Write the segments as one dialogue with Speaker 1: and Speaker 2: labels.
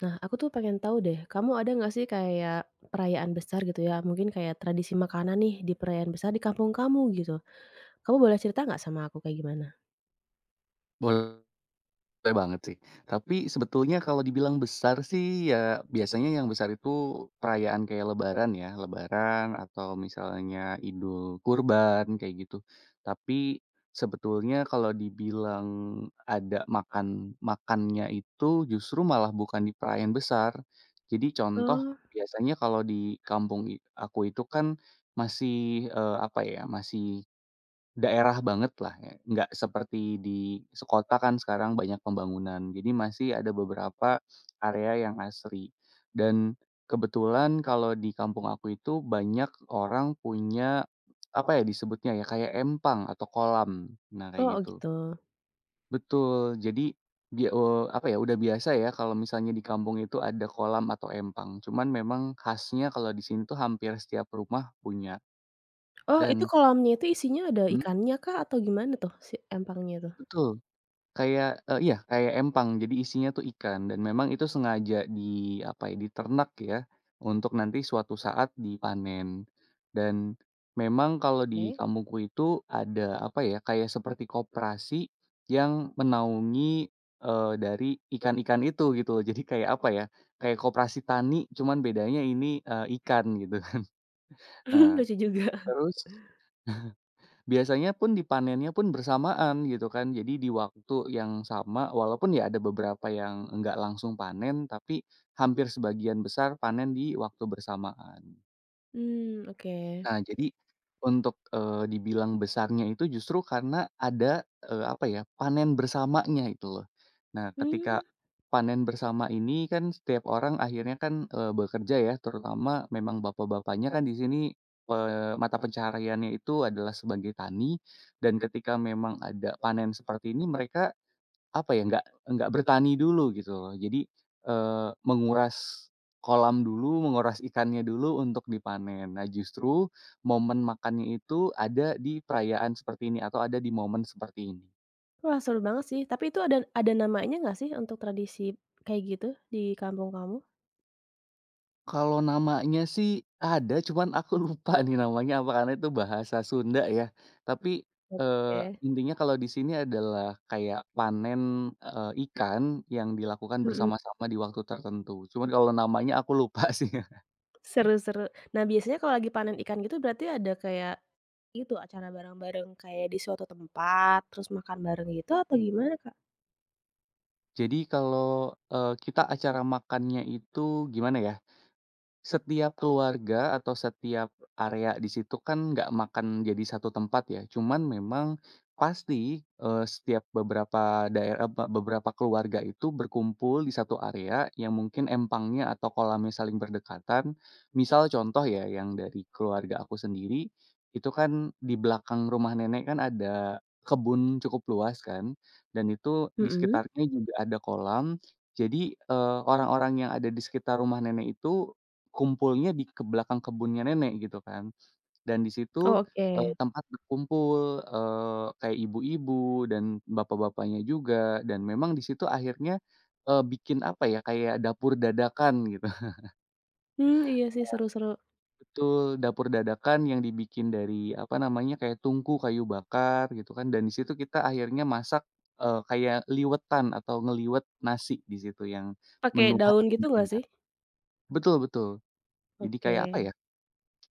Speaker 1: Nah, aku tuh pengen tahu deh, kamu ada nggak sih kayak perayaan besar gitu ya, mungkin kayak tradisi makanan nih di perayaan besar di kampung kamu gitu. Kamu boleh cerita nggak sama aku kayak gimana?
Speaker 2: Boleh banget sih, tapi sebetulnya kalau dibilang besar sih, ya biasanya yang besar itu perayaan kayak lebaran ya, lebaran atau misalnya Idul Kurban kayak gitu. Tapi sebetulnya kalau dibilang ada makan makannya itu justru malah bukan di perayaan besar. Jadi contoh
Speaker 1: Oh,
Speaker 2: biasanya kalau di kampung aku itu kan masih, apa ya, masih daerah bangetlah ya, nggak seperti di sekota kan sekarang banyak pembangunan. Jadi masih ada beberapa area yang asri. Dan kebetulan kalau di kampung aku itu banyak orang punya, apa ya disebutnya ya, kayak empang atau kolam. Nah kayak
Speaker 1: oh
Speaker 2: gitu.
Speaker 1: gitu.
Speaker 2: Betul, jadi dia apa ya, udah biasa ya kalau misalnya di kampung itu ada kolam atau empang. Cuman memang khasnya kalau di sini tuh hampir setiap rumah punya
Speaker 1: Oh, itu
Speaker 2: dan
Speaker 1: kolamnya itu isinya ada
Speaker 2: mhm,
Speaker 1: ikannya kah atau gimana tuh si empangnya tuh?
Speaker 2: betul. Kayak, iya kayak empang, jadi isinya tuh ikan dan memang itu sengaja di apa ya, diternak ya, untuk nanti suatu saat dipanen. Dan memang kalau di
Speaker 1: Oke.
Speaker 2: kampungku itu ada apa ya, kayak seperti koperasi yang menaungi, dari ikan-ikan itu gitu loh. Jadi kayak apa ya, kayak koperasi tani cuman bedanya ini, ikan gitu. Nah
Speaker 1: Lucu juga.
Speaker 2: terus biasanya pun dipanennya pun bersamaan gitu kan, jadi di waktu yang sama walaupun ya ada beberapa yang enggak langsung panen, tapi hampir sebagian besar panen di waktu bersamaan.
Speaker 1: Hmm. Oke.
Speaker 2: Nah, jadi untuk, dibilang besarnya itu justru karena ada, apa ya, panen bersamanya itu loh. Nah,
Speaker 1: hmm
Speaker 2: ketika panen bersama ini kan setiap orang akhirnya kan, bekerja ya, terutama memang bapak-bapaknya kan di sini, mata pencahariannya itu adalah sebagai tani, dan ketika memang ada panen seperti ini mereka apa ya, nggak bertani dulu gitu loh. Jadi, menguras kolam dulu, menguras ikannya dulu untuk dipanen. Nah, justru momen makannya itu ada di perayaan seperti ini atau ada di momen seperti ini.
Speaker 1: wah seru banget sih, tapi itu ada namanya nggak sih untuk tradisi kayak gitu di kampung kamu?
Speaker 2: Kalau namanya sih ada, cuman aku lupa nih namanya apa, karena itu bahasa Sunda ya. Tapi, eee,
Speaker 1: Oke,
Speaker 2: intinya kalau di sini adalah kayak panen, ikan yang dilakukan
Speaker 1: mhm,
Speaker 2: bersama-sama di waktu tertentu. Cuman kalau namanya aku lupa sih.
Speaker 1: seru seru. Nah, biasanya kalau lagi panen ikan gitu berarti ada kayak itu acara bareng-bareng kayak di suatu tempat, terus makan bareng gitu atau gimana, Kak?
Speaker 2: Jadi kalau, kita acara makannya itu gimana ya, setiap keluarga atau setiap area di situ kan nggak makan jadi satu tempat ya, cuman memang pasti, setiap beberapa daerah beberapa keluarga itu berkumpul di satu area yang mungkin empangnya atau kolamnya saling berdekatan. Misal contoh ya yang dari keluarga aku sendiri, itu kan di belakang rumah nenek kan ada kebun cukup luas kan, dan itu di
Speaker 1: Mhm,
Speaker 2: sekitarnya juga ada kolam. Jadi, orang-orang yang ada di sekitar rumah nenek itu kumpulnya di ke belakang kebunnya nenek gitu kan, dan di situ,
Speaker 1: oh oke.
Speaker 2: tempat berkumpul, kayak ibu-ibu dan bapak-bapaknya juga, dan memang di situ akhirnya, bikin apa ya, kayak dapur dadakan gitu.
Speaker 1: Mmm, iya sih seru-seru.
Speaker 2: Betul, dapur dadakan yang dibikin dari apa namanya, kayak tungku kayu bakar gitu kan, dan di situ kita akhirnya masak, kayak liwetan atau ngeliwet nasi di situ yang
Speaker 1: Pakai
Speaker 2: menu khas
Speaker 1: daun gitu nggak
Speaker 2: Sunda.
Speaker 1: sih?
Speaker 2: Betul betul. Jadi kayak apa
Speaker 1: Oke.
Speaker 2: ya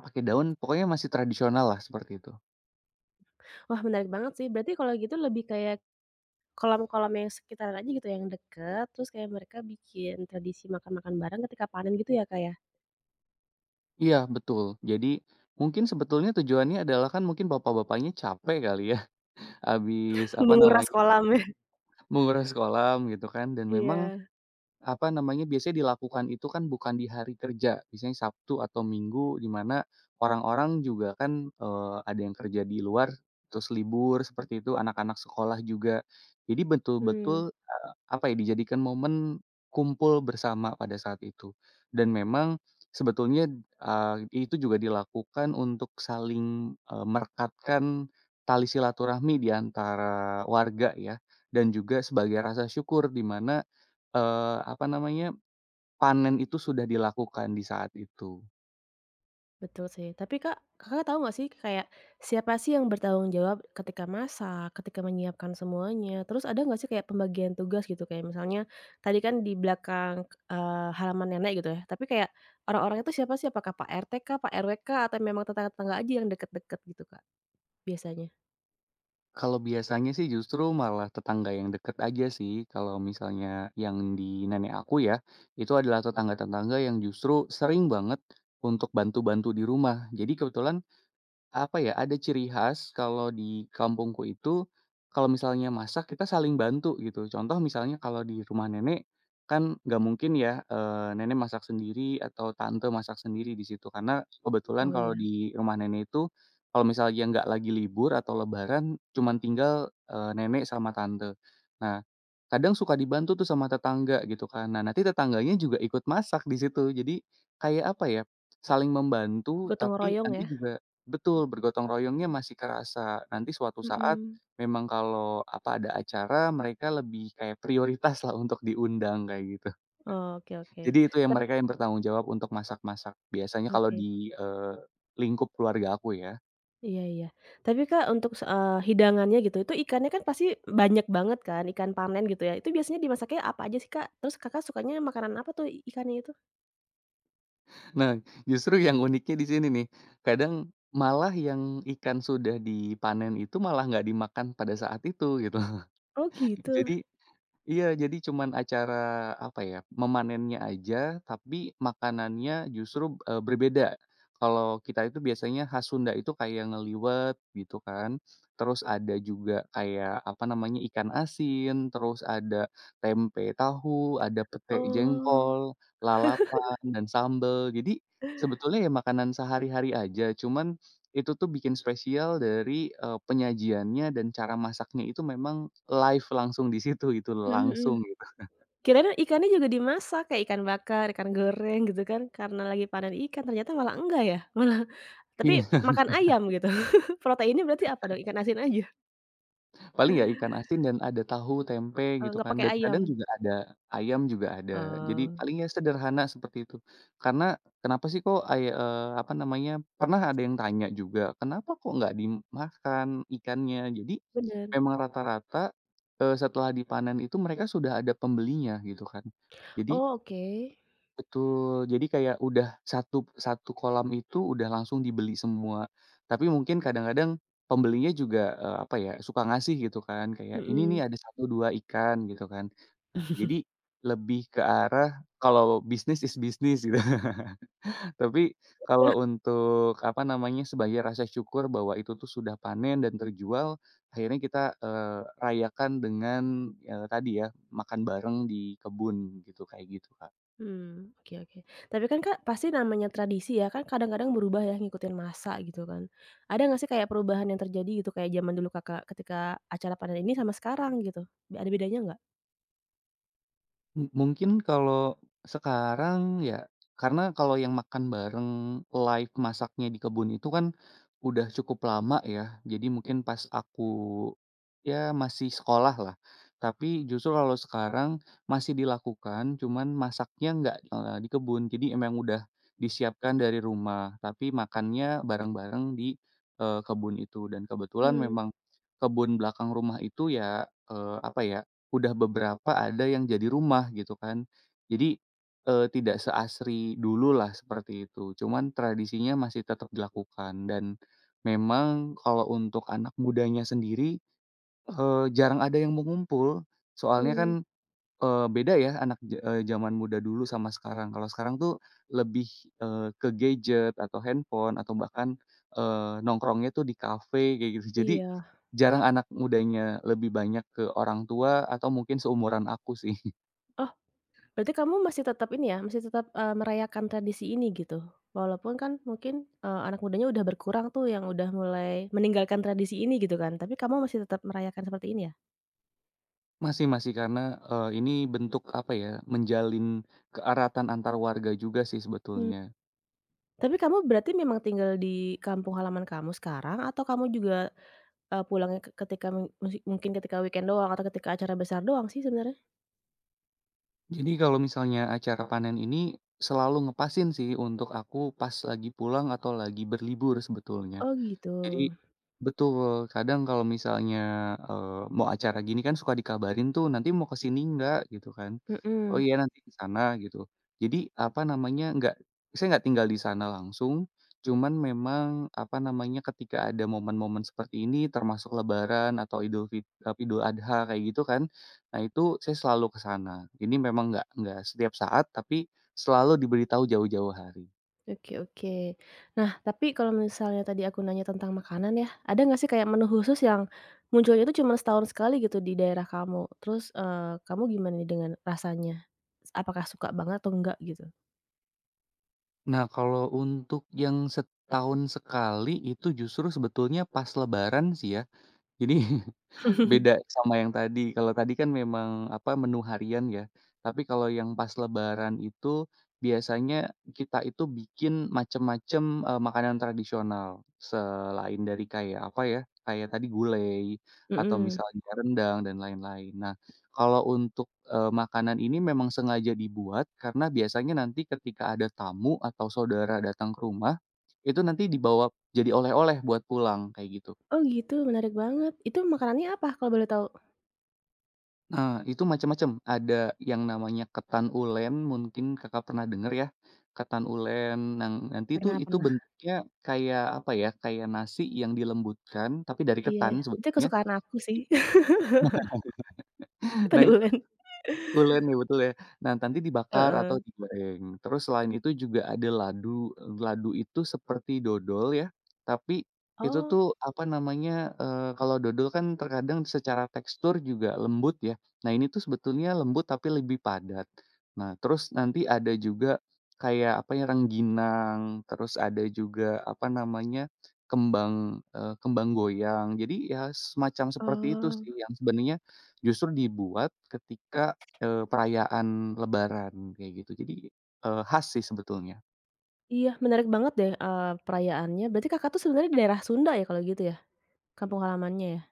Speaker 2: pakai daun, pokoknya masih tradisional lah seperti itu.
Speaker 1: Wah menarik banget sih, berarti kalau gitu lebih kayak kolam-kolam yang sekitaran aja gitu yang dekat. Terus kayak mereka bikin tradisi makan-makan bareng ketika panen gitu ya, Kak, ya?
Speaker 2: Iya, betul. Jadi, mungkin sebetulnya tujuannya adalah kan mungkin bapak-bapaknya capek kali ya, habis, apa
Speaker 1: Menguras
Speaker 2: namanya,
Speaker 1: kolam ya.
Speaker 2: menguras kolam gitu kan, dan memang
Speaker 1: Iya,
Speaker 2: apa namanya, biasanya dilakukan itu kan bukan di hari kerja, biasanya Sabtu atau Minggu, di mana orang-orang juga kan, ada yang kerja di luar, terus libur seperti itu, anak-anak sekolah juga. Jadi
Speaker 1: mmm.
Speaker 2: betul-betul, apa ya, dijadikan momen kumpul bersama pada saat itu. Dan memang sebetulnya, itu juga dilakukan untuk saling, merekatkan tali silaturahmi di antara warga ya, dan juga sebagai rasa syukur di mana apa namanya, panen itu sudah dilakukan di saat itu.
Speaker 1: Betul sih. Tapi Kak, Kakak tahu nggak sih kayak siapa sih yang bertanggung jawab ketika masak, ketika menyiapkan semuanya? Terus ada nggak sih kayak pembagian tugas gitu? Kayak misalnya tadi kan di belakang, halaman nenek gitu ya, tapi kayak orang-orangnya itu siapa sih? Apakah Pak RT kah, Pak RW kah, atau memang tetangga-tetangga aja yang deket-deket gitu Kak biasanya?
Speaker 2: Kalau biasanya sih justru malah tetangga yang dekat aja sih, kalau misalnya yang di nenek aku ya, itu adalah tetangga-tetangga yang justru sering banget untuk bantu-bantu di rumah. Jadi kebetulan apa ya, ada ciri khas kalau di kampungku itu, kalau misalnya masak kita saling bantu gitu. Contoh misalnya kalau di rumah nenek, kan nggak mungkin ya, nenek masak sendiri atau tante masak sendiri di situ. Karena kebetulan
Speaker 1: Oh
Speaker 2: kalau
Speaker 1: iya,
Speaker 2: di rumah nenek itu, kalau misalnya nggak lagi libur atau lebaran, cuman tinggal, nenek sama tante. Nah, kadang suka dibantu tuh sama tetangga gitu kan. Nah, nanti tetangganya juga ikut masak di situ. Jadi kayak apa ya, saling membantu
Speaker 1: gotong
Speaker 2: tapi
Speaker 1: royong
Speaker 2: nanti
Speaker 1: ya?
Speaker 2: juga betul, bergotong royongnya masih kerasa. Nanti suatu saat
Speaker 1: Mhm.
Speaker 2: memang kalau apa ada acara mereka lebih kayak prioritas lah untuk diundang kayak gitu.
Speaker 1: Oke oke.
Speaker 2: Jadi itu yang
Speaker 1: Tapi
Speaker 2: mereka yang bertanggung jawab untuk masak-masak. Biasanya kalau
Speaker 1: oke.
Speaker 2: di, lingkup keluarga aku ya.
Speaker 1: Iya iya. Tapi Kak, untuk hidangannya gitu, itu ikannya kan pasti banyak banget kan, ikan panen gitu ya, itu biasanya dimasaknya apa aja sih Kak? Terus Kakak sukanya makanan apa tuh ikannya itu?
Speaker 2: Nah, justru yang uniknya di sini nih, kadang malah yang ikan sudah dipanen itu malah nggak dimakan pada saat itu gitu.
Speaker 1: Oh gitu.
Speaker 2: Jadi iya, jadi cuman acara, apa ya, memanennya aja, tapi makanannya justru, berbeda. Kalau kita itu biasanya khas Sunda itu kayak ngeliwet, gitu kan. Terus ada juga kayak, apa namanya, ikan asin, terus ada tempe tahu, ada pete
Speaker 1: Oh,
Speaker 2: jengkol, lalapan, dan sambel. Jadi, sebetulnya ya makanan sehari-hari aja, cuman itu tuh bikin spesial dari, penyajiannya dan cara masaknya itu memang live langsung di situ gitu loh,
Speaker 1: mhm
Speaker 2: langsung
Speaker 1: mhm.
Speaker 2: gitu.
Speaker 1: Kirain ikannya juga dimasak, kayak ikan bakar, ikan goreng gitu kan, karena lagi panen ikan, ternyata malah enggak ya? Malah tapi
Speaker 2: Iya,
Speaker 1: makan ayam gitu. Proteinnya berarti apa dong? Ikan asin aja?
Speaker 2: paling ya ikan asin dan ada tahu, tempe
Speaker 1: Oh,
Speaker 2: gitu
Speaker 1: nggak
Speaker 2: kan,
Speaker 1: pakai
Speaker 2: dan
Speaker 1: ayam?
Speaker 2: kadang juga ada ayam juga ada. Jadi
Speaker 1: Oh,
Speaker 2: palingnya sederhana seperti itu. Karena kenapa sih kok apa namanya, pernah ada yang tanya juga, "Kenapa kok nggak dimakan ikannya?" Jadi
Speaker 1: bener.
Speaker 2: memang rata-rata, setelah dipanen itu mereka sudah ada pembelinya gitu kan. Jadi
Speaker 1: Oh, oke.
Speaker 2: betul, jadi kayak udah satu satu kolam itu udah langsung dibeli semua. Tapi mungkin kadang-kadang pembelinya juga, apa ya, suka ngasih gitu kan, kayak, "Ini nih
Speaker 1: Mhm.
Speaker 2: ada satu 2 ikan," gitu kan. Nah, jadi lebih ke arah kalau bisnis bisnis gitu. Tapi kalau untuk, apa namanya, sebagai rasa syukur bahwa itu tuh sudah panen dan terjual, akhirnya kita, rayakan dengan, tadi ya, makan bareng di kebun gitu, kayak gitu, Kak.
Speaker 1: Mmm, oke oke. Tapi kan Kak, pasti namanya tradisi ya, kan kadang-kadang berubah ya ngikutin masa gitu kan. Ada nggak sih kayak perubahan yang terjadi gitu, kayak zaman dulu Kakak ketika acara panen ini sama sekarang gitu? Ada bedanya nggak?
Speaker 2: Mungkin kalau sekarang ya, karena kalau yang makan bareng live masaknya di kebun itu kan udah cukup lama ya, jadi mungkin pas aku ya masih sekolah lah. Tapi justru kalau sekarang masih dilakukan, cuman masaknya nggak, di kebun. Jadi emang udah disiapkan dari rumah, tapi makannya bareng-bareng di, kebun itu dan kebetulan
Speaker 1: Mmm,
Speaker 2: memang kebun belakang rumah itu ya, apa ya udah beberapa ada yang jadi rumah gitu kan. Jadi, tidak seasri dulu lah seperti itu. Cuman tradisinya masih tetap dilakukan dan memang kalau untuk anak mudanya sendiri, jarang ada yang mengumpul soalnya
Speaker 1: mmm,
Speaker 2: kan beda ya zaman muda dulu sama sekarang. Kalau sekarang tuh lebih, ke gadget atau handphone atau bahkan, nongkrongnya tuh di kafe kayak gitu. Jadi
Speaker 1: iya.
Speaker 2: jarang anak mudanya lebih banyak ke orang tua atau mungkin seumuran aku sih.
Speaker 1: Oh, berarti kamu masih tetap ini ya, masih tetap, merayakan tradisi ini gitu? Walaupun kan mungkin, anak mudanya udah berkurang tuh yang udah mulai meninggalkan tradisi ini gitu kan, tapi kamu masih tetap merayakan seperti ini ya?
Speaker 2: Masih masih karena, ini bentuk apa ya, menjalin keeratan antar warga juga sih
Speaker 1: Mmm,
Speaker 2: sebetulnya.
Speaker 1: tapi kamu berarti memang tinggal di kampung halaman kamu sekarang atau kamu juga pulangnya ketika mungkin ketika weekend doang atau ketika acara besar doang sih sebenarnya.
Speaker 2: Jadi kalau misalnya acara panen ini selalu ngepasin sih untuk aku pas lagi pulang atau lagi berlibur sebetulnya.
Speaker 1: Oh gitu,
Speaker 2: Jadi betul, kadang kalau misalnya, mau acara gini kan suka dikabarin tuh, "Nanti mau ke sini nggak?" Gitu kan. "Oh
Speaker 1: mhm,
Speaker 2: iya nanti ke sana," gitu. Jadi apa namanya, nggak saya nggak tinggal di sana langsung, cuman memang apa namanya, ketika ada momen-momen seperti ini termasuk lebaran atau Idul Adha kayak gitu kan, nah itu saya selalu ke sana. Ini memang nggak setiap saat, tapi selalu diberitahu jauh-jauh hari.
Speaker 1: oke oke. Nah, tapi kalau misalnya tadi aku nanya tentang makanan ya, ada nggak sih kayak menu khusus yang munculnya itu cuma setahun sekali gitu di daerah kamu? Terus, kamu gimana nih dengan rasanya? Apakah suka banget atau enggak gitu?
Speaker 2: Nah, kalau untuk yang setahun sekali itu justru sebetulnya pas lebaran sih ya. Jadi beda sama yang tadi. Kalau tadi kan memang, apa, menu harian ya, tapi kalau yang pas lebaran itu biasanya kita itu bikin macem-macem, makanan tradisional. Selain dari kayak, apa ya, kayak tadi gulai atau
Speaker 1: Mhm.
Speaker 2: misalnya rendang dan lain-lain. Nah, kalau untuk, makanan ini memang sengaja dibuat karena biasanya nanti ketika ada tamu atau saudara datang ke rumah, itu nanti dibawa jadi oleh-oleh buat pulang, kayak gitu.
Speaker 1: Oh gitu, menarik banget. Itu makanannya apa kalau boleh tahu?
Speaker 2: Nah, itu macam-macam, ada yang namanya ketan ulen, mungkin Kakak pernah dengar ya, ketan ulen, nanti
Speaker 1: Pernah
Speaker 2: itu
Speaker 1: pernah.
Speaker 2: bentuknya kayak, apa ya, kayak nasi yang dilembutkan, tapi dari
Speaker 1: Iya,
Speaker 2: ketan
Speaker 1: itu
Speaker 2: sebetulnya.
Speaker 1: kesukaan aku sih,
Speaker 2: Nah, itu
Speaker 1: tendulen.
Speaker 2: ulen ya, betul ya. Nah, nanti dibakar atau
Speaker 1: Heeh.
Speaker 2: digoreng. Terus selain itu juga ada ladu, ladu itu seperti dodol ya, tapi itu
Speaker 1: Oh.
Speaker 2: tuh, apa namanya, kalau dodol kan terkadang secara tekstur juga lembut ya. Nah, ini tuh sebetulnya lembut tapi lebih padat. Nah, terus nanti ada juga kayak, apa ya, rengginang, terus ada juga, apa namanya, kembang, kembang goyang. Jadi ya semacam seperti itu
Speaker 1: Oh,
Speaker 2: sih yang sebenarnya justru dibuat ketika perayaan lebaran kayak gitu. Jadi, khas sih sebetulnya.
Speaker 1: iya menarik banget deh, perayaannya. Berarti Kakak tuh sebenarnya di daerah Sunda ya kalau gitu ya? Kampung halamannya ya?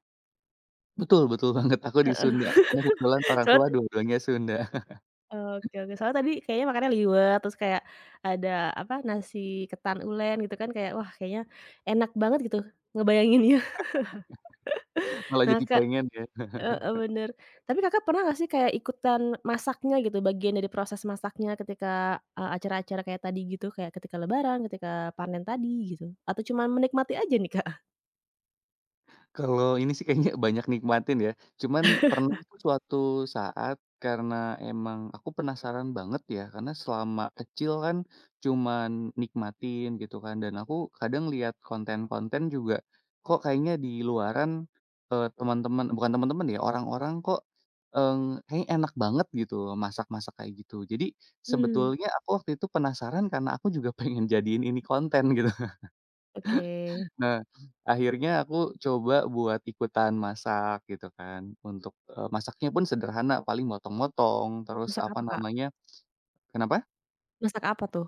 Speaker 2: Betul betul banget, aku di
Speaker 1: Heeh.
Speaker 2: Sunda, karena kebetulan orang tua
Speaker 1: Soalnya
Speaker 2: dua-duanya Sunda,
Speaker 1: oke oke, soalnya tadi kayaknya makannya liwet, terus kayak ada apa, nasi ketan ulen gitu kan kayak, wah kayaknya enak banget gitu ngebayanginnya.
Speaker 2: malah
Speaker 1: Nah
Speaker 2: jadi
Speaker 1: Kak
Speaker 2: pengen ya.
Speaker 1: heeh, bener. Tapi Kakak pernah nggak sih kayak ikutan masaknya gitu, bagian dari proses masaknya ketika, acara-acara kayak tadi gitu, kayak ketika lebaran, ketika panen tadi gitu? Atau cuman menikmati aja nih Kak?
Speaker 2: Kalau ini sih kayaknya banyak nikmatin ya, cuman pernah tuh mhm, suatu saat karena emang aku penasaran banget ya, karena selama kecil kan cuman nikmatin gitu kan, dan aku kadang lihat konten-konten juga, kok kayaknya di luaran, teman-teman bukan teman-teman ya, orang-orang kok, kayaknya enak banget gitu loh masak-masak kayak gitu. Jadi
Speaker 1: Mmm,
Speaker 2: sebetulnya aku waktu itu penasaran karena aku juga pengen jadiin ini konten gitu.
Speaker 1: oke.
Speaker 2: Nah, akhirnya aku coba buat ikutan masak gitu kan, untuk, masaknya pun sederhana, paling motong-motong, terus
Speaker 1: Masak
Speaker 2: apa
Speaker 1: apa, Kak?
Speaker 2: namanya kenapa?
Speaker 1: Masak apa tuh?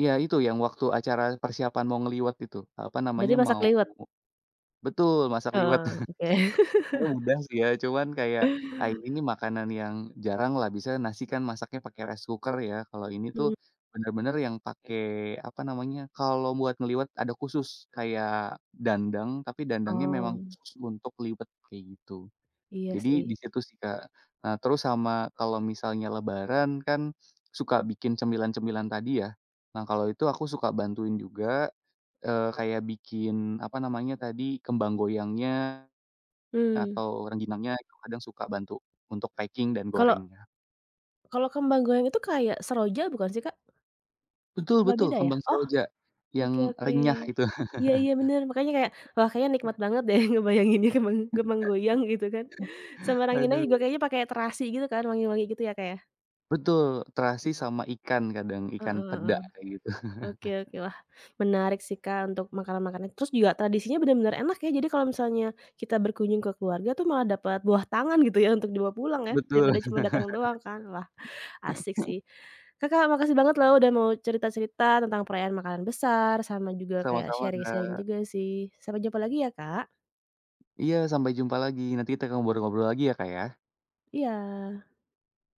Speaker 2: Iya itu yang waktu acara persiapan mau ngeliwat itu, apa
Speaker 1: Berarti
Speaker 2: namanya,
Speaker 1: masak
Speaker 2: mau
Speaker 1: liwet?
Speaker 2: betul, masak liwet.
Speaker 1: Heeh, oke.
Speaker 2: Sebenarnya mudah sih ya, cuman kayak, ah, ini nih makanan yang jarang lah, bisa nasi kan masaknya pakai rice cooker ya, kalau ini tuh
Speaker 1: Mhm.
Speaker 2: bener-bener yang pakai, apa namanya, kalau buat ngeliwet ada khusus, kayak dandang, tapi dandangnya memang
Speaker 1: Oh,
Speaker 2: khusus untuk liwet, kayak gitu.
Speaker 1: iya
Speaker 2: Jadi di
Speaker 1: sih.
Speaker 2: situ sih, Kak. Nah, terus sama kalau misalnya lebaran kan suka bikin cemilan-cemilan tadi ya. Nah, kalau itu aku suka bantuin juga, kayak bikin, apa namanya tadi, kembang goyangnya
Speaker 1: Mmm,
Speaker 2: atau rengginangnya itu kadang suka bantu untuk packing dan
Speaker 1: kalau
Speaker 2: gorengnya.
Speaker 1: kalau kembang goyang itu kayak seroja bukan sih, Kak?
Speaker 2: Betul
Speaker 1: Apa
Speaker 2: betul,
Speaker 1: beda ya?
Speaker 2: kembang
Speaker 1: Oh,
Speaker 2: seroja
Speaker 1: oke
Speaker 2: yang
Speaker 1: oke.
Speaker 2: renyah itu.
Speaker 1: Iya iya bener, makanya kayak, wah kayaknya nikmat banget deh ngebayanginnya kembang kembang goyang gitu kan. Sama ranginangnya juga
Speaker 2: Aduh,
Speaker 1: kayaknya pakai terasi gitu kan, wangi-wangi gitu ya, Kak, ya?
Speaker 2: betul, terasi sama ikan kadang,
Speaker 1: Heeh
Speaker 2: ikan peda
Speaker 1: heeh.
Speaker 2: kayak gitu.
Speaker 1: Oke oke. Wah, menarik sih, Kak, untuk makanan-makanan. Terus juga tradisinya benar-benar enak ya, jadi kalau misalnya kita berkunjung ke keluarga tuh malah dapat buah tangan gitu ya, untuk dibawa pulang ya,
Speaker 2: Betul,
Speaker 1: daripada cuma datang doang kan. Wah, asik sih. Kakak, makasih banget loh udah mau cerita-cerita tentang perayaan makanan besar, sama juga kayak
Speaker 2: sama-sama
Speaker 1: sharing-sharing
Speaker 2: Kak.
Speaker 1: juga sih. Sampai jumpa lagi ya, Kak.
Speaker 2: Iya, sampai jumpa lagi, nanti kita ngobrol-ngobrol lagi ya, Kak, ya.
Speaker 1: Iya.